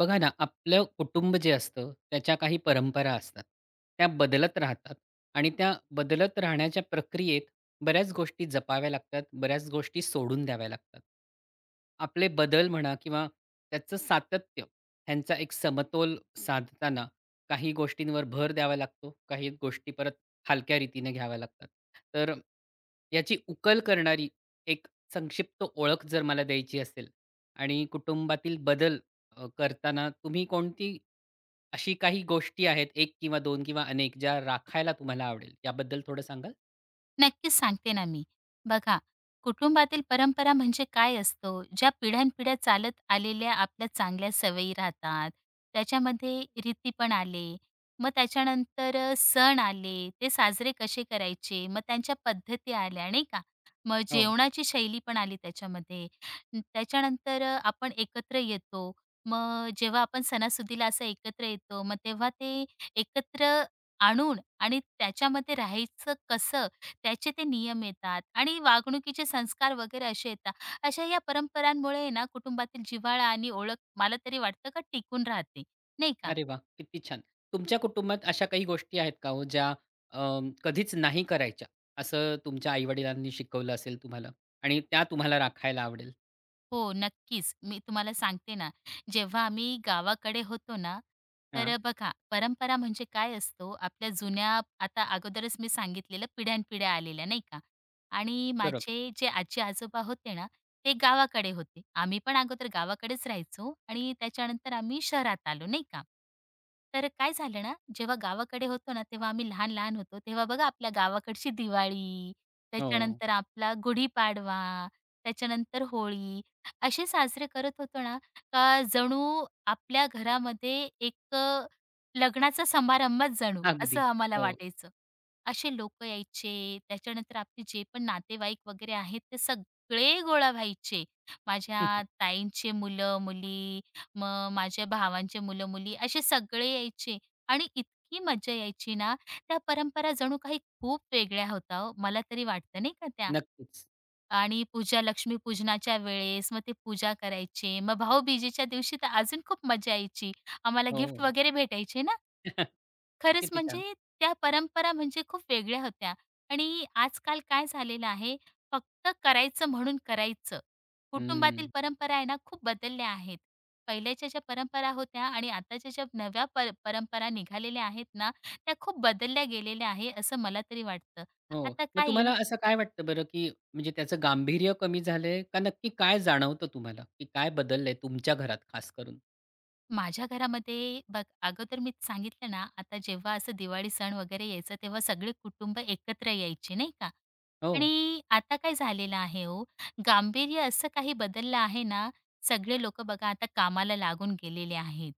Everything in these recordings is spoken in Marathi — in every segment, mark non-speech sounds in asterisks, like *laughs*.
बघा ना, आपलं कुटुंब जे असतं, त्याच्या काही परंपरा असतात. त्या बदलत राहतात आणि त्या बदलत राहण्याच्या प्रक्रियेत बऱ्याच गोष्टी जपाव्या लागतात, बऱ्याच गोष्टी सोडून द्याव्या लागतात. आपले बदल म्हणा किंवा त्याचं सातत्य, ह्यांचा एक समतोल साधताना काही गोष्टींवर भर द्यावा लागतो, काही गोष्टी परत हलक्या रीतीने घ्याव्या लागतात. तर याची उकल करणारी एक संक्षिप्त ओळख जर मला द्यायची असेल आणि कुटुंबातील बदल करताना तुम्ही कोणती अशी काही गोष्टी आहेत 1 किंवा 2 किंवा अनेक ज्या राखायला तुम्हाला आवडेल, याबद्दल थोडं सांगाल? नक्कीच सांगते ना मी. बघा, कुटुंबातील परंपरा म्हणजे काय असतो, ज्या पिढ्यानपिढ्या चालत आलेल्या आपल्या चांगल्या सवयी राहतात. त्याच्यामध्ये रीती पण आले. मग त्याच्यानंतर सण आले, ते साजरे कसे करायचे, मग त्यांच्या पद्धती आल्या, नाही का? मग हो. जेवणाची शैली पण आली त्याच्यामध्ये. त्याच्यानंतर आपण एकत्र येतो. मग जेव्हा आपण सणासुदीला असं एकत्र येतो, मग तेव्हा ते एकत्र आणून आणि त्याच्यामध्ये राहायचं कसं त्याचे ते नियम येतात आणि वागणुकीचे संस्कार वगैरे असे येतात. अशा या परंपरांमुळे आहे ना कुटुंबातील जिव्हाळा आणि ओळख मला तरी वाटतं का टिकून राहते, नाही का? अरे वाह! किती छान. तुमच्या कुटुंबात अशा काही गोष्टी आहेत का हो ज्या कधीच नाही करायच्या, असं तुमच्या आई शिकवलं असेल तुम्हाला आणि त्या तुम्हाला राखायला आवडेल? हो, नक्कीच. मी तुम्हाला सांगते ना, जेव्हा आम्ही गावाकडे होतो ना, हां, तर बघा परंपरा म्हणजे काय असतो, आपल्या जुन्या आता अगोदरच मी सांगितलेलं पिढ्यानपिढ्या आलेल्या, नाही का? आणि बरोबर. माझे जे आजी-आजोबा होते ना, ते गावाकडे होते. आम्ही पण अगोदर गावाकडेच राहायचो आणि त्याच्यानंतर आम्ही शहरात आलो, नाही का? तर काय झालं ना, जेव्हा गावाकडे होतो ना, तेव्हा आम्ही लहान-लहान होतो, तेव्हा बघा आपल्या गावाकडची दिवाळी, हो, त्याच्यानंतर आपला गुढीपाडवा, त्याच्यानंतर होळी, असे साजरे करत होतो ना, का जणू आपल्या घरामध्ये एक लग्नाचा समारंभच जणू असं अगदी. आम्हाला हो. वाटायचं. असे लोकं यायचे, त्याच्यानंतर आपले जे पण नातेवाईक वगैरे आहेत ते सगळे गोळा व्हायचे. माझ्या *laughs* ताईंचे मुलं-मुली, मग माझ्या भावांचे मुलं-मुली असे सगळे यायचे आणि इतकी मज्जा यायची ना, त्या परंपरा जणू काही खूप वेगळ्या होत्या हो, मला तरी वाटतं नाही का त्या. नक्कीच. आणि पूजा लक्ष्मीपूजनाच्या वेळेस मग ते पूजा करायचे. मग भाऊबीजेच्या दिवशी तर अजून खूप मजा यायची. आम्हाला हो. गिफ्ट वगैरे भेटायचे ना. *laughs* खरंच किती छान. म्हणजे त्या परंपरा म्हणजे खूप वेगळ्या होत्या आणि आजकाल काय झालेलं आहे, फक्त करायचं म्हणून करायचं. कुटुंबातील हं. परंपरा आहे ना, खूप बदलल्या आहेत. पहिल्याच्या ज्या परंपरा होत्या आणि आताच्या ज्या नव्या परंपरा निघालेल्या आहेत ना, त्या खूप बदलल्या गेलेल्या आहे, असं मला तरी वाटतं. हो. आता मग काय तुम्हाला आहे असं काय वाटतं बरं, की म्हणजे त्याचं गांभीर्य कमी झालंय का नक्की काय जाणवतं तुम्हाला, की काय बदललंय तुमच्या घरात खास करून? माझ्या घरामध्ये बघ अगोदर मी सांगितलं ना, आता जेव्हा असं दिवाळी सण वगैरे यायचा, तेव्हा सगळे कुटुंब एकत्र यायचे, नाही का? हो, आणि आता काय झालेलं आहे हो, गांभीर्य असं काही बदललं आहे ना, सगळे लोकं बघा आता कामाला लागून गेलेले आहेत.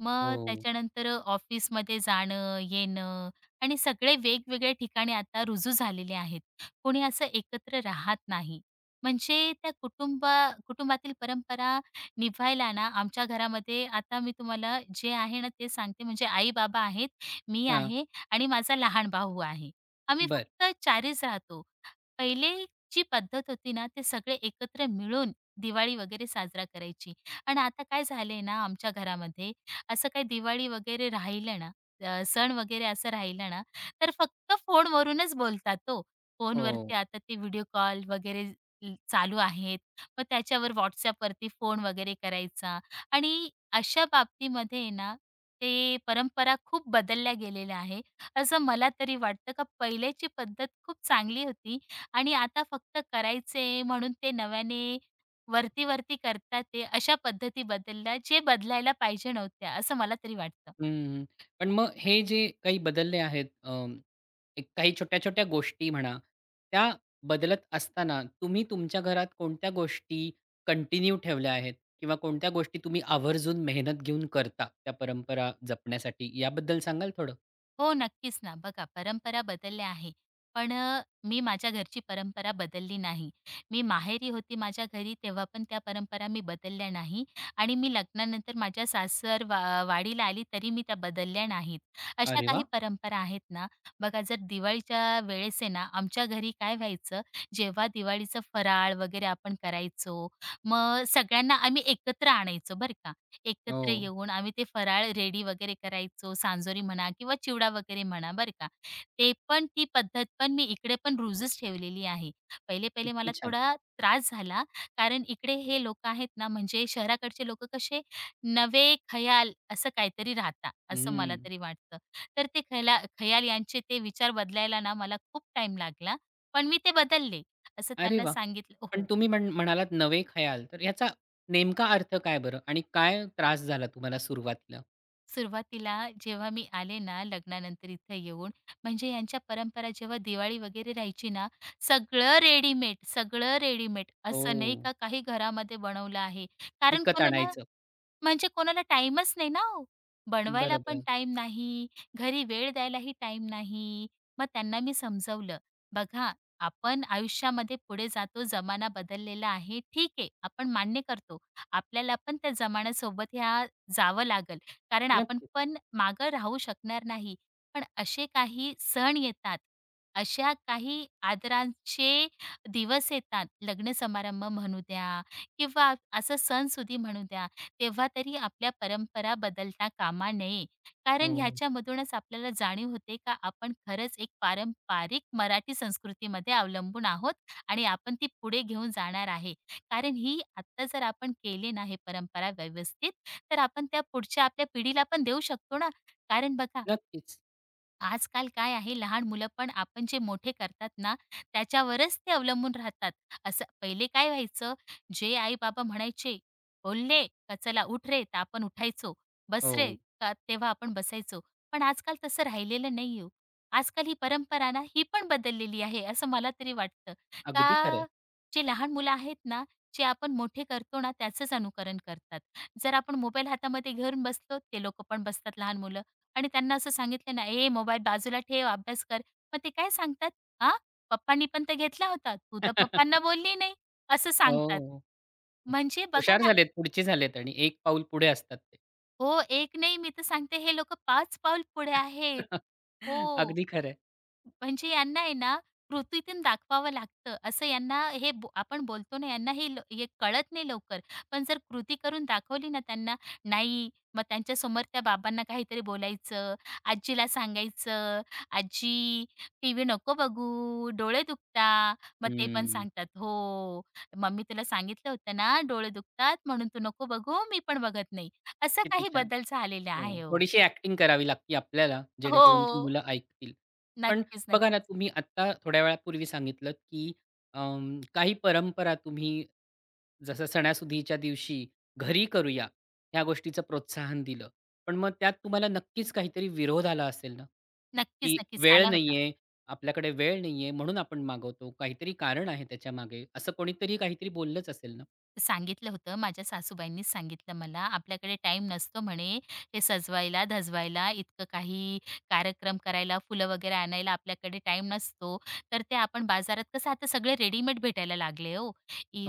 मग हो. त्याच्यानंतर ऑफिसमध्ये जाणं, येणं आणि सगळे वेगवेगळ्या ठिकाणी आता रुजू झालेले आहेत. कोणी असं एकत्र राहत नाही. म्हणजे त्या कुटुंबातील परंपरा निभायला ना आमच्या घरामध्ये आता मी तुम्हाला जे आहे ना ते सांगते म्हणजे आई-बाबा आहेत, मी हां. आहे आणि माझा लहान भाऊ आहे. आम्ही बरं. फक्त 4रीच राहतो. पहिले जी पद्धत होती ना ते सगळे एकत्र मिळून दिवाळी वगैरे साजरा करायची आणि आता काय झालंय ना आमच्या घरामध्ये असं काही दिवाळी वगैरे राहिलं ना, सण वगैरे असं राहिलं ना, तर फक्त फोनवरूनच बोलतात हो. हो. फोनवरती आता ते व्हिडिओ कॉल वगैरे चालू आहेत. मग त्याच्यावर WhatsAppवरती फोन वगैरे करायचा आणि अशा बाबतीमध्ये आहे ना, ते परंपरा खूप बदलल्या गेलेल्या आहे. असं मला तरी वाटतं का पहिल्याची पद्धत खूप चांगली होती आणि आता फक्त करायचे म्हणून ते नव्याने वरती-वरती करतात ते, अशा पद्धती बदलल्या, जे बदलायला पाहिजे नव्हत्या, असं मला तरी वाटतं. हं. पण मग हे जे काही बदलले आहेत एक काही छोट्या-छोट्या गोष्टी म्हणा, त्या बदलत असताना तुम्ही तुमच्या घरात कोणत्या गोष्टी कंटिन्यू ठेवल्या आहेत किंवा कोणत्या गोष्टी तुम्ही आवर्जून मेहनत घेऊन करता त्या परंपरा जपण्यासाठी याबद्दल सांगाल थोडं? हो, नक्कीच ना. बघा परंपरा बदलल्या आहे. पण मी माझ्या घरची परंपरा बदलली नाही. मी माहेरी होती माझ्या घरी तेव्हा पण त्या परंपरा मी बदलल्या नाही आणि मी लग्नानंतर माझ्या सासर वा वाडीला आली तरी मी त्या बदलल्या नाहीत. अशा अरे काही वाह! परंपरा आहेत ना, बघा जर दिवाळीच्या वेळेस आहे ना, आमच्या घरी काय व्हायचं, जेव्हा दिवाळीचं फराळ वगैरे आपण करायचो, मग सगळ्यांना आम्ही एकत्र आणायचो बरं का. एकत्र हो. येऊन आम्ही ते फराळ रेडी वगैरे करायचो. सांजोरी म्हणा किंवा चिवडा वगैरे म्हणा बरं का. ते पण ती पद्धत पण मी इकडे पण रुजूच ठेवलेली आहे. पहिले-पहिले किती मला छान. थोडा त्रास झाला, कारण इकडे हे लोकं आहेत ना, म्हणजे शहराकडचे लोकं कसे नवे खयाल असं काहीतरी राहता, असं मला हम्म. तरी वाटतं. तर ते खयाल यांचे ते विचार बदलायला ना मला खूप टाईम लागला, पण मी ते बदलले. असं अरे त्यांना वा, सांगितलं पण हो. तुम्ही म्हणालात नवे खयाल, तर याचा नेमका अर्थ काय बरं? आणि काय त्रास झाला तुम्हाला सुरुवातीला? सुरुवातीला जेव्हा मी आले ना लग्नानंतर इथं येऊन, म्हणजे यांच्या परंपरा जेव्हा दिवाळी वगैरे राहायची ना, सगळं रेडीमेड, सगळं रेडीमेड. हो. असं नाही का काही घरामध्ये बनवलं आहे. कारण विकत कोणाला आणायचं. म्हणजे कोणाला टाईमच नाही ना हो. बनवायला पण बरोबर. टाइम नाही, घरी वेळ द्यायलाही टाइम नाही. मग त्यांना मी समजवलं, "बघा, आपण आयुष्यामध्ये पुढे जातो, जमाना बदललेला आहे. ठीक आहे, आपण मान्य करतो. आपल्याला पण त्या जमान्यासोबत ह्या जावं लागेल, कारण आपण नक्कीच. पण मागं राहू शकणार नाही. पण असे काही सण येतात, अशा काही आदरांचे दिवस येतात, लग्न समारंभ म्हणू द्या किंवा असं सणसुदी म्हणू द्या, तेव्हा तरी आपल्या परंपरा बदलता कामा नये. कारण हो. ह्याच्यामधूनच आपल्याला जाणीव होते का आपण खरंच एक पारंपरिक मराठी संस्कृतीमध्ये अवलंबून आहोत आणि आपण ती पुढे घेऊन जाणार आहे. कारण ही आत्ता जर आपण केली ना हे परंपरा व्यवस्थित, तर आपण त्या पुढच्या आपल्या पिढीला पण देऊ शकतो ना. कारण बघा नक्कीच. आजकाल काय आहे लहान मुलं पण आपण जे मोठे करतात ना त्याच्यावरच ते अवलंबून राहतात. असं पहिले काय व्हायचं, जे आई-बाबा म्हणायचे, "बोलले का चला उठ रे" तर आपण उठायचो. "बस रे" हो. का तेव्हा आपण बसायचो. पण आजकाल तसं राहिलेलं नाही हो. आजकाल ही परंपरा ना ही पण बदललेली आहे असं मला तरी वाटतं. अगदी खरं आहे. का जे लहान मुलं आहेत ना, जे आपण मोठे करतो ना त्याचंच अनुकरण करतात. जर आपण मोबाईल हातामध्ये घेऊन बसलो, ते लोकं पण बसतात लहान मुलं. आणि त्यांना असं सांगितलं ना, "ए मोबाईल बाजूला ठेव, अभ्यास कर." मग ते काय सांगतात, "हां, पप्पांनी पण तर घेतला होता. तू तर पप्पांना *laughs* बोलली नाही." असं सांगतात. हो. म्हणजे बघा हुशार ना झालेत, पुढचे झालेत आणि एक पाऊल पुढे असतात ते. हो, एक नाही मी तर सांगते हे लोकं पाच पाऊल पुढे आहेत. *laughs* हो. अगदी खरं. म्हणजे यांना आहे ना, कृतीतून दाखवावं लागतं. असं यांना हे आपण बोलतो ना, यांना हे कळत नाही लवकर. पण जर कृती करून दाखवली ना त्यांना, नाही मग त्यांच्यासमोर त्या बाबांना काहीतरी बोलायचं, आजीला सांगायचं, "आजी टीव्ही नको बघू, डोळे दुखता." मग ते पण हम्म. सांगतात, "हो, मम्मी तुला सांगितलं होतं ना, डोळे दुखतात म्हणून तू नको बघू, मी पण बघत नाही." असा किती काही छान. बदल झालेला आहे हो, हो. थोडीशी ॲक्टिंग करावी लागती आपल्याला, हो. जेणेकरून ती मुलं ऐकतील. पण नक्कीच, बघा ना, नक्कीच. तुम्ही आत्ता थोड्या वेळापूर्वी सांगितलत, की काही परंपरा तुम्ही जसं सणासुदीच्या दिवशी घरी करूया, ह्या गोष्टीचं प्रोत्साहन दिलं. पण मग त्यात तुम्हाला नक्कीच काहीतरी विरोध आला असेल ना? नक्कीच, की नक्कीच. वेळ आला होता. नाहीये, आपल्याकडे वेळ नाहीये म्हणून आपण मागवतो. काहीतरी कारण आहे त्याच्यामागे, असं कोणीतरी काहीतरी बोललंच असेल ना? सांगितलं होतं. माझ्या सासूबाईंनीच सांगितलं मला, "आपल्याकडे टाईम नसतो," म्हणे, "हे सजवायला, धजवायला, इतकं काही कार्यक्रम करायला, फुलं वगैरे आणायला आपल्याकडे टाईम नसतो. तर ते आपण बाजारात कसं आता सगळे रेडीमेड भेटायला लागले हो.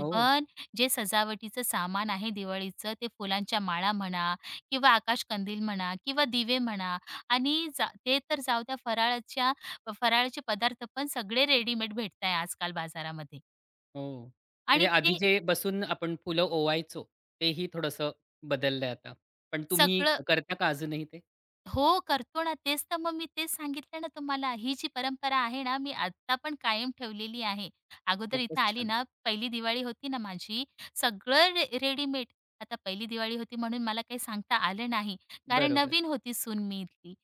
हो. जे सजावटीचं सामान आहे दिवाळीचं, ते फुलांच्या माळा म्हणा किंवा आकाशकंदील म्हणा किंवा दिवे म्हणा आणि जा ते तर जाऊ द्या, फराळाचे पदार्थ पण सगळे रेडीमेड भेटत आजकाल बाजारामध्ये हो. म्हणजे आणि आधी ते जे बसून आपण फुलं ओवायचो, तेही थोडंसं बदललंय आता. पण तुम्ही सगळं करता का अजूनही ते? हो, करतो ना. तेच तर मग मी तेच सांगितलं ना तुम्हाला. ही जी परंपरा आहे ना, मी आत्ता पण कायम ठेवलेली आहे. अगोदर इथं खूपच आली छान. ना, पहिली दिवाळी होती ना माझी, सगळं रेडीमेड. आता पहिली दिवाळी होती म्हणून मला काही सांगता आलं नाही, कारण बरोबर. नवीन होती सून मी इथली.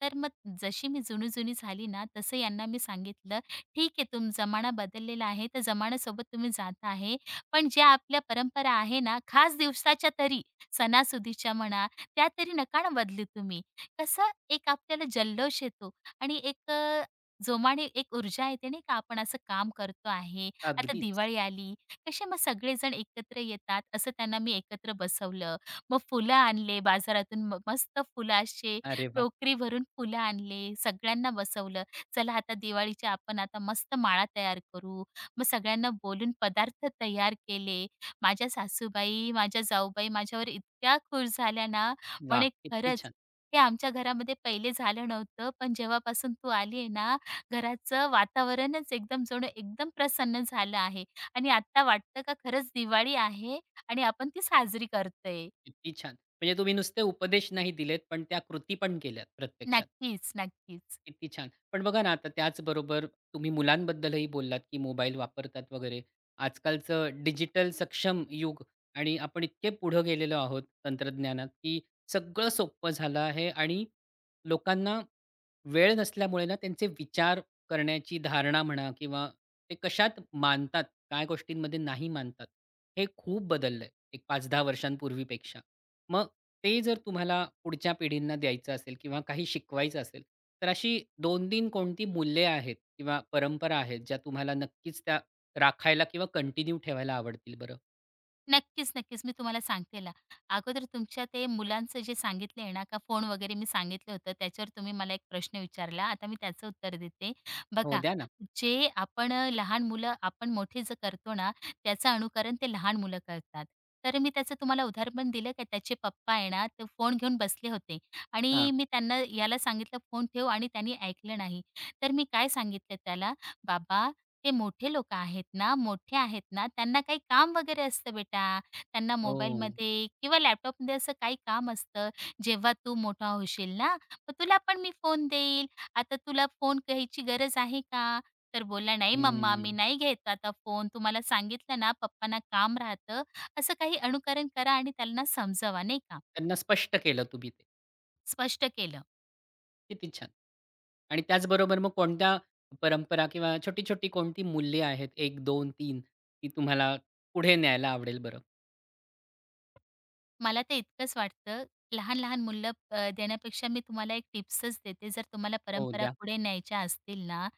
तर मग जशी मी जुनी-जुनी झाली ना, तसं यांना मी सांगितलं, "ठीक आहे, जमाना बदललेला आहे, तर जमान्यासोबत तुम्ही जात आहे. पण ज्या आपल्या परंपरा आहे ना, खास दिवसाच्या तरी, सणासुदीच्या म्हणा, त्या तरी नका ना बदलू तुम्ही. कसा एक आपल्याला जल्लोष येतो आणि एक जोमाने एक ऊर्जा येते नाही का आपण असं काम करतो आहे. आता अगदीच. दिवाळी आली, कसे मग सगळेजण एकत्र येतात. असं त्यांना मी एकत्र बसवलं. मग फुलं आणले बाजारातून मस्त फुलं असे अरे वाह! टोकरी भरून फुलं आणले. सगळ्यांना बसवलं. चला आता दिवाळीच्या आपण आता मस्त माळा तयार करू. मग सगळ्यांना बोलून पदार्थ तयार केले. माझ्या सासूबाई, माझ्या जाऊबाई माझ्यावर इतक्या खुश झाल्या ना, वाह! म्हणे किती खरंच छान, ते आमच्या घरामध्ये पहिले झालं नव्हतं, पण जेव्हापासून तू आली आहे ना, घराचं वातावरणच एकदम जणू एकदम प्रसन्न झालं आहे आणि आता वाटतं का खरंच दिवाळी आहे आणि आपण ती साजरी करतोय. किती छान. म्हणजे तुम्ही नुसते उपदेश नाही दिलेत, पण त्या कृती पण केल्यात प्रत्यक्षात. नक्कीच, नक्कीच. किती छान. पण बघा ना, आता त्याचबरोबर तुम्ही मुलांबद्दलही बोललात, की मोबाईल वापरतात वगैरे. आजकालचं डिजिटल सक्षम युग आणि आपण इतके पुढं गेलेलो आहोत तंत्रज्ञानात, की सगळं सोपं झालं आहे आणि लोकांना वेळ नसल्यामुळे ना, त्यांचे विचार करण्याची धारणा म्हणा किंवा ते कशात मानतात, काय गोष्टींमध्ये नाही मानतात, हे खूप बदललंय एक 5-10 वर्षांपूर्वीपेक्षा. मग ते जर तुम्हाला पुढच्या पिढींना द्यायचं असेल किंवा काही शिकवायचं असेल, तर अशी 2-3 कोणती मूल्ये आहेत किंवा परंपरा आहेत, ज्या तुम्हाला नक्कीच त्या राखायला किंवा कंटिन्यू ठेवायला आवडतील बरं? नक्कीच, नक्कीच. मी तुम्हाला सांगते ना. अगोदर तुमच्या ते मुलांचं जे सांगितलं आहे ना, का फोन वगैरे मी सांगितलं होतं, त्याच्यावर तुम्ही मला एक प्रश्न विचारला. आता मी त्याचं उत्तर देते. हो, बघा, द्या ना. जे आपण लहान मुलं आपण मोठे जे करतो ना, त्याचं अनुकरण ते लहान मुलं करतात. तर मी त्याचं तुम्हाला उदाहरण दिलं का त्याचे पप्पा आहे ना, ते फोन घेऊन बसले होते हां. आणि मी त्यांना याला सांगितलं, "फोन ठेव" आणि त्यांनी ऐकलं नाही. तर मी काय सांगितलं त्याला, "बाबा ते मोठे लोकं आहेत ना, मोठे आहेत ना, त्यांना काही काम वगैरे असतं बेटा. त्यांना ओह! मोबाईलमध्ये किंवा लॅपटॉपमध्ये असं काही काम असतं. जेव्हा तू मोठा होशील ना, मग तुला पण मी फोन देईल. आता तुला फोन घ्यायची गरज आहे का? तर बोलला, "नाही मम्मा, हं. मी नाही घेत आता फोन. तुम्हाला सांगितलं ना, पप्पांना काम राहतं." असं काही अनुकरण करा आणि त्यांना समजवा, नाही का? त्यांना स्पष्ट केलं तुम्ही ते. स्पष्ट केलं. किती छान. आणि त्याचबरोबर मग कोणत्या परंपरा किंवा छोटी-छोटी कोणती मूल्ये आहेत 1, 2, 3 ती तुम्हाला पुढे न्यायला आवडेल बरं? मला तर इतकंच वाटतं, लहान-लहान मुलं देण्यापेक्षा मी तुम्हाला एक टिप्सच देते. जर तुम्हाला हो, परंपरा द्या. पुढे न्यायच्या असतील ना,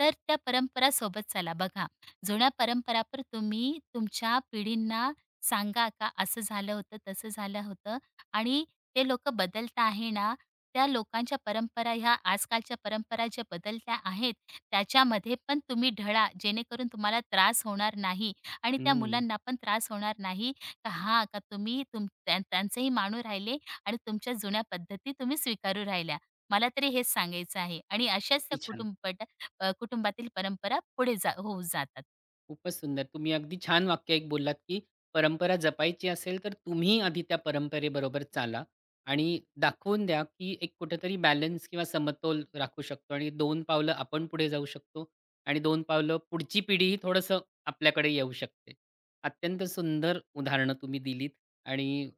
तर त्या परंपरा सोबत चाला. बघा, जुन्या परंपरा तुम्ही तुमच्या पिढींना सांगा का असं झालं होतं, तसं झालं होतं आणि ते लोकं बदलता आहे ना, त्या लोकांच्या परंपरा ह्या आजकालच्या परंपरा ज्या बदलत्या आहेत, त्याच्यामध्ये पण तुम्ही ढळा. जेणेकरून तुम्हाला त्रास होणार नाही आणि त्या हं. मुलांना पण त्रास होणार नाही का हां, का तुम्ही तुम त्यां त्यांचंही मानू राहिले आणि तुमच्या जुन्या पद्धती तुम्ही स्वीकारू राहिल्या. मला तरी हेच सांगायचं आहे आणि अशाच किती त्या छान. कुटुंबातील परंपरा पुढे होऊ जातात. खूपच सुंदर. तुम्ही अगदी छान वाक्य एक बोललात, की परंपरा जपायची असेल, तर तुम्ही आधी त्या परंपरेबरोबर चाला आणि दाखवून द्या, की एक कुठेतरी बॅलन्स किंवा समतोल राखू शकतो आणि दोन पावलं आपण पुढे जाऊ शकतो आणि दोन पावलं पुढची पिढीही थोडंसं आपल्याकडे येऊ शकते. अत्यंत सुंदर उदाहरणं तुम्ही दिलीत आणि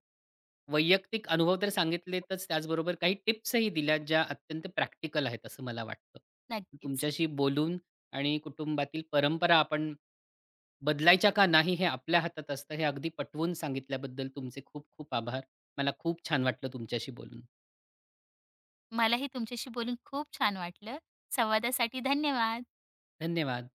वैयक्तिक अनुभव तर सांगितलेतच, त्याचबरोबर काही टिप्सही दिल्या, ज्या अत्यंत प्रॅक्टिकल आहेत असं मला वाटतं. नक्कीच. तुमच्याशी बोलून आणि कुटुंबातील परंपरा आपण बदलायच्या का नाही हे आपल्या हातात असतं हे अगदी पटवून सांगितल्याबद्दल तुमचे खूप खूप आभार. मला खूप छान वाटलं तुमच्याशी बोलून. मलाही तुमच्याशी बोलून खूप छान वाटलं. संवादासाठी धन्यवाद. धन्यवाद.